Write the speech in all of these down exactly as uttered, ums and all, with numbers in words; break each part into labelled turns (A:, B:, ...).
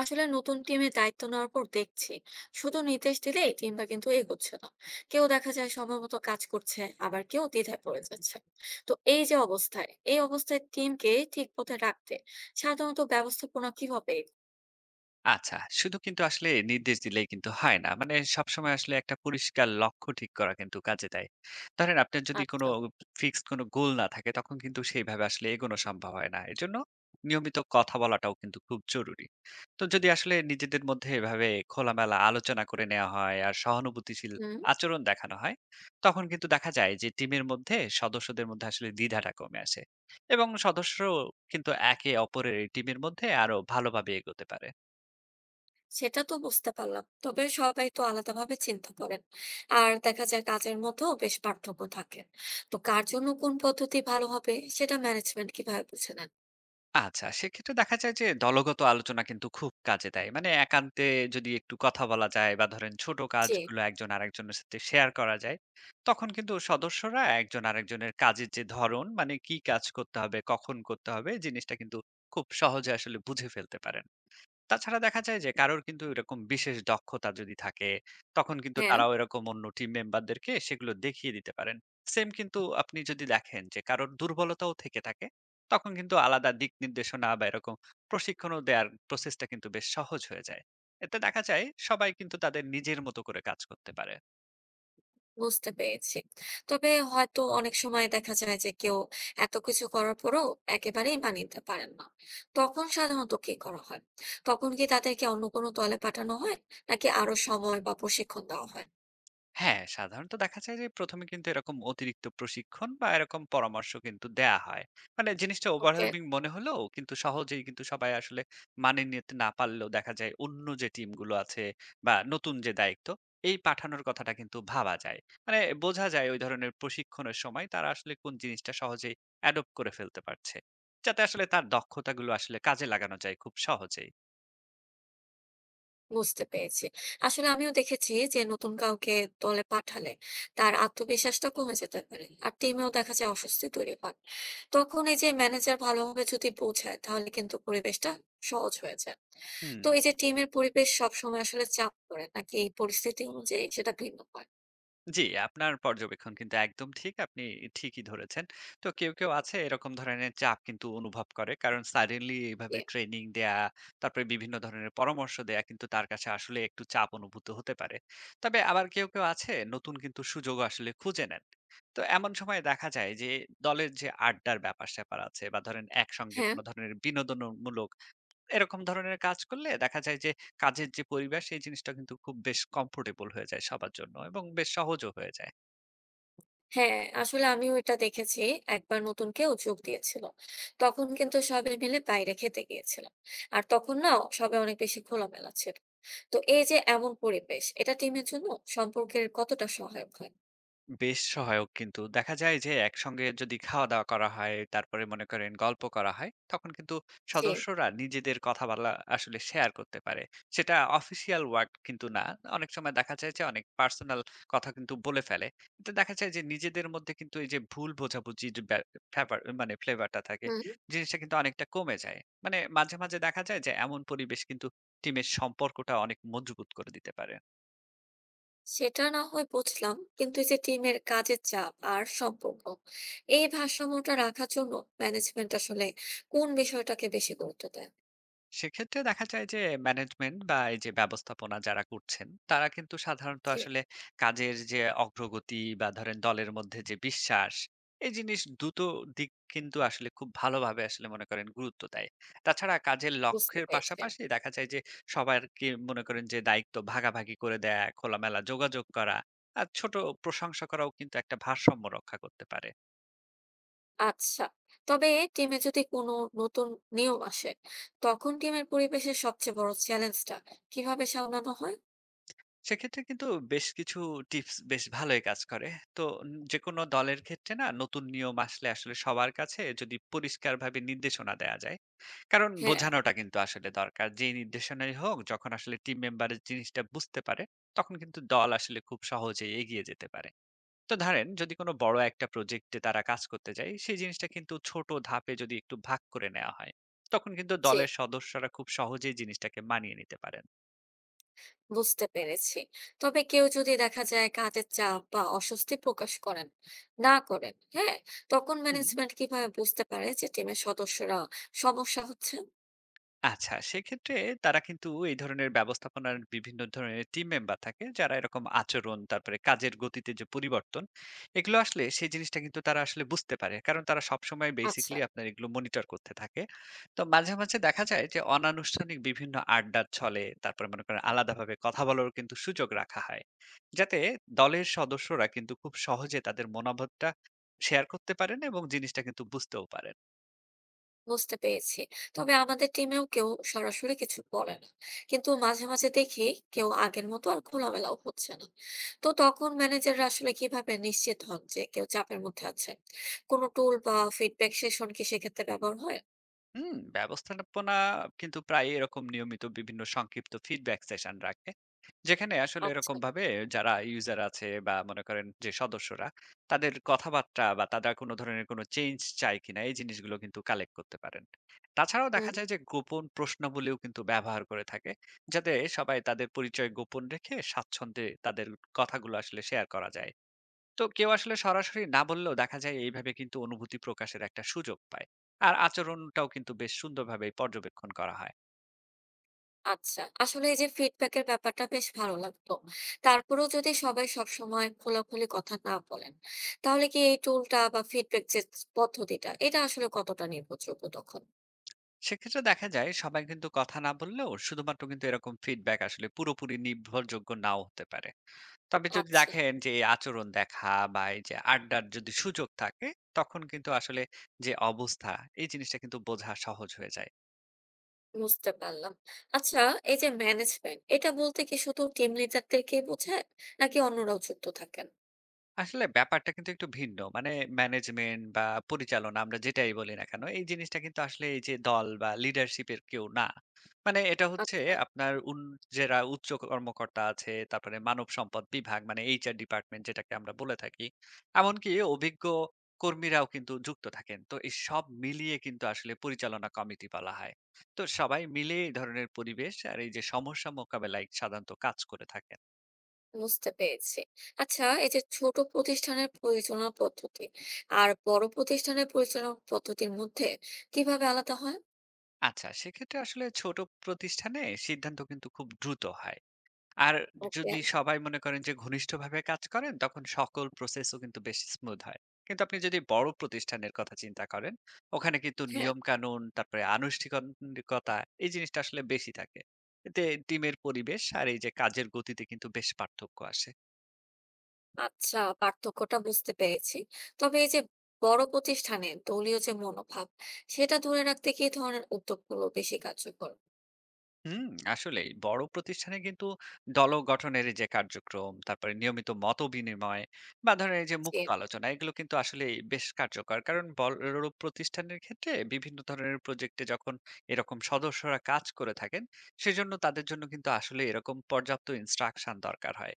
A: আসলে নতুন টিমে দায়িত্ব নেওয়ার পর দেখছি, শুধু নির্দেশ দিলেই টিমটা কিন্তু এগোচ্ছে না। কেউ দেখা যায় সময়মতো কাজ করছে, আবার কেউ দ্বিধায় পড়ে যাচ্ছে। তো এই যে অবস্থায় এই অবস্থায় টিমকে ঠিক পথে রাখতে সাধারণত ব্যবস্থাপনা কিভাবে এগোয়?
B: আচ্ছা, শুধু কিন্তু আসলে নির্দেশ দিলেই কিন্তু হয় না। মানে সবসময় আসলে একটা পরিষ্কার লক্ষ্য ঠিক করা কিন্তু কাজে দেয়। ধরেন আপনার যদি কোনো
A: আচ্ছা।
B: ফিক্সড কোনো গোল না থাকে তখন কিন্তু সেইভাবে আসলে এগোনো সম্ভব হয় না। এজন্য নিয়মিত কথা বলাটাও কিন্তু খুব জরুরি। তো যদি আসলে নিজেদের মধ্যে এভাবে খোলামেলা আলোচনা করে নেওয়া হয় আর সহানুভূতিশীল
A: হুম।
B: আচরণ দেখানো হয়, তখন কিন্তু দেখা যায় যে টিমের মধ্যে সদস্যদের মধ্যে আসলে দ্বিধাটা কমে আসে এবং সদস্যরাও কিন্তু একে অপরের টিমের মধ্যে আরো ভালোভাবে এগোতে পারে।
A: সেটা তো বুঝতে পারলাম, তবে সবাই তো আলাদাভাবে চিন্তা করেন আর দেখা যায় কাজের মধ্যেও বেশ পার্থক্য থাকে। তো কার জন্য কোন পদ্ধতি ভালো হবে সেটা ম্যানেজমেন্ট কিভাবে বুঝে নেন?
B: আচ্ছা, সেক্ষেত্রে দেখা যায় যে দলগত আলোচনা কিন্তু খুব কাজে দেয়। মানে একান্তে যদি একটু কথা বলা যায় বা ধরেন ছোট
A: জি।
B: কাজগুলো একজন আরেকজনের সাথে শেয়ার করা যায়, তখন কিন্তু সদস্যরা একজন আরেকজনের কাজের যে ধরন মানে কি কাজ করতে হবে, কখন করতে হবে জিনিসটা কিন্তু খুব সহজে আসলে বুঝে ফেলতে পারেন। তাছাড়া দেখা যায় যে কারোর কিন্তু এরকম বিশেষ দক্ষতা যদি থাকে, তখন কিন্তু
A: হ্যাঁ।
B: তারাও এরকম অন্য টিম মেম্বারদেরকে সেগুলো দেখিয়ে দিতে পারেন। সেম কিন্তু আপনি যদি দেখেন যে কারোর দুর্বলতাও থেকে থাকে, তখন কিন্তু আলাদা দিক নির্দেশনা বা এরকম প্রশিক্ষণও দেওয়ার প্রসেসটা কিন্তু বেশ সহজ হয়ে যায়। এতে দেখা যায় সবাই কিন্তু তাদের নিজের মতো করে কাজ করতে পারে।
A: বুঝতে পেরেছি। তবে হয়তো অনেক সময় দেখা যায় যে কেউ এত কিছু করার পরেও একেবারেই মানিয়ে নিতে পারেন না। তখন সাধারণত কি করা হয়? তখন কি তাদেরকে অন্য কোনো দলে পাঠানো হয়? নাকি আরো সময় বা প্রশিক্ষণ দেওয়া হয়?
B: হ্যাঁ, সাধারণত দেখা যায় যে প্রথম এ কিন্তু এরকম অতিরিক্ত প্রশিক্ষণ বা এরকম পরামর্শ কিন্তু দেয়া হয়। মানে জিনিসটা
A: ওকে।
B: overwhelming মনে হলেও কিন্তু সহজেই কিন্তু সবাই আসলে মানিয়ে নিতে না পারলেও দেখা যায় অন্য যে টিমগুলো আছে বা নতুন যে দায়িত্ব, এই পাঠানোর কথাটা কিন্তু ভাবা যায়। মানে বোঝা যায় ওই ধরনের প্রশিক্ষণের সময় তারা আসলে কোন জিনিসটা সহজেই অ্যাডপ্ট করে ফেলতে পারছে। যাতে আসলে তার দক্ষতাগুলো আসলে কাজে লাগানো যায় খুব সহজেই।
A: বুঝতে পেরেছি। আসলে আমিও দেখেছি যে নতুন কাউকে দলে পাঠালে তার আত্মবিশ্বাসটা কমে যেতে পারে। আর টিমেও দেখা যায় অস্বস্তি তৈরি হয়। তখন এই যে ম্যানেজার ভালোভাবে যদি বোঝায়, তাহলে কিন্তু পরিবেশটা সহজ হয়ে যায়।
B: হুম।
A: তো এই যে টিমের পরিবেশ সবসময় আসলে চাপ পড়ে, নাকি এই পরিস্থিতি অনুযায়ী সেটা ভিন্ন হয়?
B: জি, আপনার পর্যবেক্ষণ কিন্তু একদম ঠিক। আপনি ঠিকই ধরেছেন। তো কেউ, কেউ আছে এরকম ধরনের চাপ কিন্তু অনুভব করে। কারণ suddenly এভাবে ট্রেনিং দেয়া, তারপরে বিভিন্ন ধরনের পরামর্শ দেয়া কিন্তু তার কাছে আসলে একটু চাপ অনুভূত হতে পারে। তবে আবার কেউ, কেউ আছে নতুন কিন্তু সুযোগ আসলে খুঁজে নেন। তো এমন সময় দেখা যায় যে দলের যে আড্ডার ব্যাপার-স্যাপার আছে বা ধরেন একসঙ্গে
A: হ্যাঁ।
B: কোন ধরনের বিনোদনমূলক এরকম ধরনের কাজ করলে দেখা যায় যে কাজের যে পরিবেশ সেই জিনিসটা কিন্তু খুব বেশ কমফোর্টেবল হয়ে যায় সবার জন্য এবং বেশ সহজও হয়ে যায়।
A: হ্যাঁ, আসলে আমিও এটা দেখেছি। একবার নতুন কেউ যোগ দিয়েছিল। তখন কিন্তু সবাই মিলে বাইরে খেতে গিয়েছিলাম। আর তখন না, সবাই অনেক বেশি খোলামেলা ছিল। তো এই যে এমন পরিবেশ, এটা টিমের জন্য সম্পর্কের কতটা সহায়ক হয়?
B: বেশ সহায়ক কিন্তু দেখা যায় যে একসঙ্গে যদি খাওয়া দাওয়া করা হয় তারপরে মনে করেন গল্প করা হয় তখন কিন্তু
A: যে।
B: সদস্যরা নিজেদের কথা বলা আসলে শেয়ার করতে পারে। সেটা অফিসিয়াল ওয়ার্ড কিন্তু না, অনেক সময় দেখা যায় যে অনেক পার্সোনাল কথা কিন্তু বলে ফেলে, কিন্তু দেখা যায় যে নিজেদের মধ্যে কিন্তু এই যে ভুল বোঝাবুঝি যে ব্যা- ব্যাপার- মানে ফ্লেভারটা থাকে,
A: হুম,
B: জিনিসটা কিন্তু অনেকটা কমে যায়। মানে মাঝে মাঝে দেখা যায় যে এমন পরিবেশ কিন্তু টিমের সম্পর্কটা অনেক মজবুত করে দিতে পারে।
A: সেটা না হয় বুঝলাম। কিন্তু এই যে টিমের কাজের চাপ আর সম্পর্ক, এই ভারসাম্যটা রাখার জন্য ম্যানেজমেন্ট আসলে কোন বিষয়টাকে বেশি গুরুত্ব দেয়?
B: সেক্ষেত্রে দেখা যায় যে ম্যানেজমেন্ট বা এই যে ব্যবস্থাপনা যারা করছেন তারা কিন্তু সাধারণত
A: জি।
B: আসলে কাজের যে অগ্রগতি বা ধরেন দলের মধ্যে যে বিশ্বাস এই জিনিস দুটো দিক কিন্তু আসলে খুব ভালোভাবে আসলে মনে করেন গুরুত্ব দেয়। তাছাড়া কাজের
A: বুঝতে
B: লক্ষ্যের
A: পেরেছি।
B: পাশাপাশি দেখা যায় যে সবাইকে মনে করেন যে দায়িত্ব ভাগাভাগি করে দেয়া, খোলামেলা যোগাযোগ করা আর ছোট প্রশংসা করাও কিন্তু একটা ভারসাম্য রক্ষা করতে পারে।
A: আচ্ছা, তবে টিমে যদি কোনো নতুন নিয়ম আসে, তখন টিমের পরিবেশের সবচেয়ে বড় চ্যালেঞ্জটা কিভাবে সামলানো হয়?
B: সেক্ষেত্রে কিন্তু বেশ কিছু টিপস বেশ ভালোই কাজ করে। তো যেকোনো দলের ক্ষেত্রে না নতুন নিয়ম আসলে, আসলে সবার কাছে যদি পরিষ্কারভাবে নির্দেশনা দেয়া যায়। কারণ
A: হ্যাঁ।
B: বোঝানোটা কিন্তু আসলে দরকার। যেই নির্দেশনাই হোক যখন আসলে টিম মেম্বার জিনিসটা বুঝতে পারে, তখন কিন্তু দল আসলে খুব সহজেই এগিয়ে যেতে পারে। তো ধরেন যদি কোনো বড় একটা প্রজেক্টে তারা কাজ করতে যায়, সেই জিনিসটা কিন্তু ছোট ধাপে যদি একটু ভাগ করে নেওয়া হয়, তখন কিন্তু
A: যে।
B: দলের সদস্যরা খুব সহজেই জিনিসটাকে মানিয়ে নিতে পারেন।
A: বুঝতে পেরেছি। তবে কেউ যদি দেখা যায় কাজের চাপ বা অস্বস্তি প্রকাশ করেন না, করেন, হ্যাঁ, তখন
B: হুম।
A: ম্যানেজমেন্ট কিভাবে বুঝতে পারে যে টিমের সদস্যরা সমস্যা হচ্ছে?
B: আচ্ছা, সেক্ষেত্রে তারা কিন্তু এই ধরনের ব্যবস্থাপনার বিভিন্ন ধরনের টিম মেম্বার থাকে, যারা এরকম আচরণ, তারপরে কাজের গতিতে যে পরিবর্তন, এগুলো আসলে সেই জিনিসটা কিন্তু তারা আসলে বুঝতে পারে। কারণ তারা সবসময়
A: আচ্ছা।
B: বেসিক্যালি আপনার এগুলো মনিটর করতে থাকে। তো মাঝে, মাঝে দেখা যায় যে অনানুষ্ঠানিক বিভিন্ন আড্ডার ছলে, তারপরে মনে করেন আলাদাভাবে কথা বলারও কিন্তু সুযোগ রাখা হয়। যাতে দলের সদস্যরা কিন্তু খুব সহজে তাদের মনোভাবটা শেয়ার করতে পারেন এবং জিনিসটা কিন্তু বুঝতেও পারেন।
A: বুঝতে পেরেছি। তবে আমাদের টিমেও কেউ সরাসরি কিছু বলে না, কিন্তু মাঝে মাঝে দেখি কেউ আগের মতো আর খোলামেলাও হচ্ছে না। তো তখন ম্যানেজাররা আসলে কিভাবে নিশ্চিত হন যে কেউ চাপের মধ্যে আছে? কোনো টুল বা ফিডব্যাক সেশন কি সেক্ষেত্রে ব্যবহার হয়?
B: হুম, ব্যবস্থাপনা কিন্তু প্রায় এরকম নিয়মিত বিভিন্ন সংক্ষিপ্ত ফিডব্যাক সেশন রাখে, যেখানে আসলে এরকম
A: আচ্ছা।
B: ভাবে যারা ইউজার আছে বা মনে করেন যে সদস্যরা তাদের কথাবার্তা বা তারা কোনো ধরনের কোনো চেঞ্জ চায় কিনা এই জিনিসগুলো কিন্তু কালেক্ট করতে পারেন। তাছাড়াও দেখা
A: হুম।
B: যায় যে গোপন প্রশ্নাবলীও কিন্তু ব্যবহার করে থাকে, যাতে সবাই তাদের পরিচয় গোপন রেখে স্বাচ্ছন্দ্যে তাদের কথাগুলো আসলে শেয়ার করা যায়। তো কেউ আসলে সরাসরি না বললেও দেখা যায় এইভাবে কিন্তু অনুভূতি প্রকাশের একটা সুযোগ পায় আর আচরণটাও কিন্তু বেশ সুন্দরভাবে পর্যবেক্ষণ করা হয়।
A: আচ্ছা, আসলে এই যে ফিডব্যাকের ব্যাপারটা বেশ ভালো লাগতো। তারপরেও যদি সবাই সবসময় খোলাখুলি কথা না বলেন, তাহলে কি এই টুলটা বা ফিডব্যাক যে পদ্ধতিটা এটা আসলে কতটা নির্ভরযোগ্য তখন?
B: সেক্ষেত্রে দেখা যায় সবাই কিন্তু কথা না বললেও শুধুমাত্র কিন্তু এরকম ফিডব্যাক আসলে পুরোপুরি নির্ভরযোগ্য নাও হতে পারে। তবে যদি
A: আচ্ছা।
B: দেখেন যে এই আচরণ দেখা বা এই যে আড্ডার যদি সুযোগ থাকে, তখন কিন্তু আসলে যে অবস্থা এই জিনিসটা কিন্তু বোঝা সহজ হয়ে যায়।
A: বুঝতে পারলাম। আচ্ছা, এই যে ম্যানেজমেন্ট এটা বলতে কি শুধু টিম লিডারদেরকেই বোঝায়, নাকি অন্যরাও যুক্ত থাকেন?
B: আসলে ব্যাপারটা কিন্তু একটু ভিন্ন। মানে ম্যানেজমেন্ট বা পরিচালনা আমরা যেটাই বলি না কেন, এই জিনিসটা কিন্তু আসলে এই যে দল বা লিডারশিপ এর কেউ না। মানে এটা হচ্ছে
A: আচ্ছা।
B: আপনার উন যারা উচ্চ কর্মকর্তা আছে, তারপরে মানব সম্পদ বিভাগ মানে এইচ আর ডিপার্টমেন্ট যেটাকে আমরা বলে থাকি। এমনকি অভিজ্ঞ কর্মীরাও কিন্তু যুক্ত থাকেন। তো এই সব মিলিয়ে কিন্তু আসলে পরিচালনা কমিটি বলা হয়। তো সবাই মিলে এই ধরনের পরিবেশ আর এই যে সমস্যা মোকাবেলায় সাধারণত কাজ করে থাকেন।
A: বুঝতে পেরেছি। আচ্ছা, এই যে ছোট প্রতিষ্ঠানের পরিচালনা পদ্ধতি আর বড় প্রতিষ্ঠানের পরিচালনা পদ্ধতির মধ্যে কিভাবে আলাদা হয়?
B: আচ্ছা, সেক্ষেত্রে আসলে ছোট প্রতিষ্ঠানে সিদ্ধান্ত কিন্তু খুব দ্রুত হয়। আর
A: ওকে।
B: যদি সবাই মনে করেন যে ঘনিষ্ঠভাবে কাজ করেন, তখন সকল প্রসেসও কিন্তু বেশ স্মুথ হয়। কিন্তু আপনি যদি বড় প্রতিষ্ঠানের কথা চিন্তা করেন, ওখানে কিন্তু
A: হ্যাঁ।
B: নিয়ম-কানুন, তারপরে আনুষ্ঠানিকতা এই জিনিসটা আসলে বেশি থাকে। এতে টিমের পরিবেশ আর এই যে কাজের গতিতে কিন্তু বেশ পার্থক্য আসে।
A: আচ্ছা, পার্থক্যটা বুঝতে পেরেছি। তবে এই যে বড় প্রতিষ্ঠানে দলীয় যে মনোভাব, সেটা ধরে রাখতে কি ধরনের উদ্যোগগুলো বেশি কার্যকর?
B: হুম, আসলেই বড় প্রতিষ্ঠানে কিন্তু দল গঠনের এই যে কার্যক্রম, তারপরে নিয়মিত মত বিনিময় বা ধরেন এই যে
A: যে।
B: মুক্ত আলোচনা এগুলো কিন্তু আসলে বেশ কার্যকর। কারণ বড় প্রতিষ্ঠানের ক্ষেত্রে বিভিন্ন ধরনের প্রজেক্টে যখন এরকম সদস্যরা কাজ করে থাকেন, সেজন্য তাদের জন্য কিন্তু আসলে এরকম পর্যাপ্ত ইনস্ট্রাকশন দরকার হয়।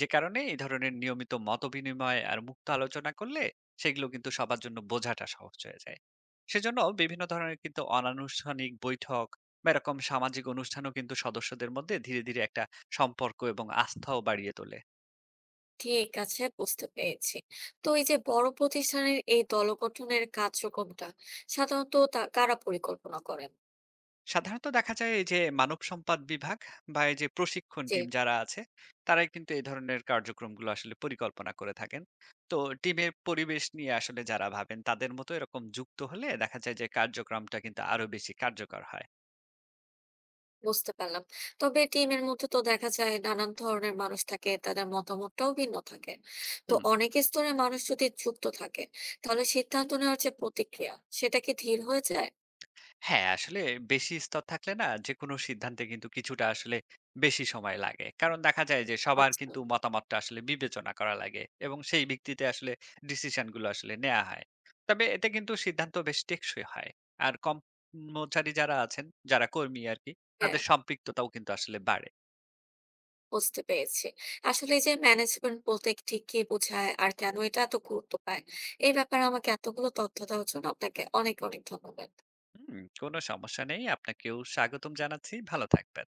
B: যে কারণে এই ধরনের নিয়মিত মত বিনিময় আর মুক্ত আলোচনা করলে সেগুলো কিন্তু সবার জন্য বোঝাটা সহজ হয়ে যায়। সেজন্য বিভিন্ন ধরনের কিন্তু অনানুষ্ঠানিক বৈঠক বা এরকম সামাজিক অনুষ্ঠানও কিন্তু সদস্যদের মধ্যে ধীরে ধীরে একটা সম্পর্ক এবং আস্থাও বাড়িয়ে তোলে।
A: ঠিক আছে, বুঝতে পেরেছি। তো এই যে বড় প্রতিষ্ঠানের এই দল গঠনের কার্যক্রমটা সাধারণত তা- কারা পরিকল্পনা করেন?
B: সাধারণত দেখা যায় এই যে মানব সম্পদ বিভাগ বা এই যে প্রশিক্ষণ
A: যে।
B: টিম যারা আছে, তারাই কিন্তু এই ধরনের কার্যক্রমগুলো আসলে পরিকল্পনা করে থাকেন। তো টিমের পরিবেশ নিয়ে আসলে যারা ভাবেন তাদের মতো এরকম যুক্ত হলে দেখা যায় যে কার্যক্রমটা কিন্তু আরো বেশি কার্যকর হয়।
A: বুঝতে পারলাম। তবে টিমের মধ্যে তো দেখা যায় নানান ধরনের মানুষ থাকে, তাদের মতামতটাও ভিন্ন থাকে। তো
B: হুম।
A: অনেক স্তরের মানুষ যদি যুক্ত থাকে, তাহলে সিদ্ধান্ত নেওয়ার যে প্রতিক্রিয়া সেটা কি ধীর হয়ে যায়?
B: হ্যাঁ, আসলে বেশি স্তর থাকলে না যেকোনো সিদ্ধান্তে কিন্তু কিছুটা আসলে বেশি সময় লাগে। কারণ দেখা যায় যে সবার
A: আচ্ছা।
B: কিন্তু মতামতটা আসলে বিবেচনা করা লাগে এবং সেই ভিত্তিতে আসলে ডিসিশন গুলো আসলে নেওয়া হয়। তবে এতে কিন্তু সিদ্ধান্ত বেশ টেকসই হয়। আর কর্মচারী যারা আছেন, যারা কর্মী আরকি, তাদের
A: হ্যাঁ।
B: সম্পৃক্ততাও কিন্তু আসলে বাড়ে।
A: বুঝতে পেরেছি। আসলে এই যে ম্যানেজমেন্ট বলতে ঠিক কি বোঝায়, আর কেন এটা এত গুরুত্ব পায়? এই ব্যাপারে আমাকে এতগুলো তথ্য দেওয়ার জন্য আপনাকে অনেক, অনেক ধন্যবাদ।
B: হুম, কোনো সমস্যা নেই। আপনাকেও স্বাগতম জানাচ্ছি। ভালো থাকবেন।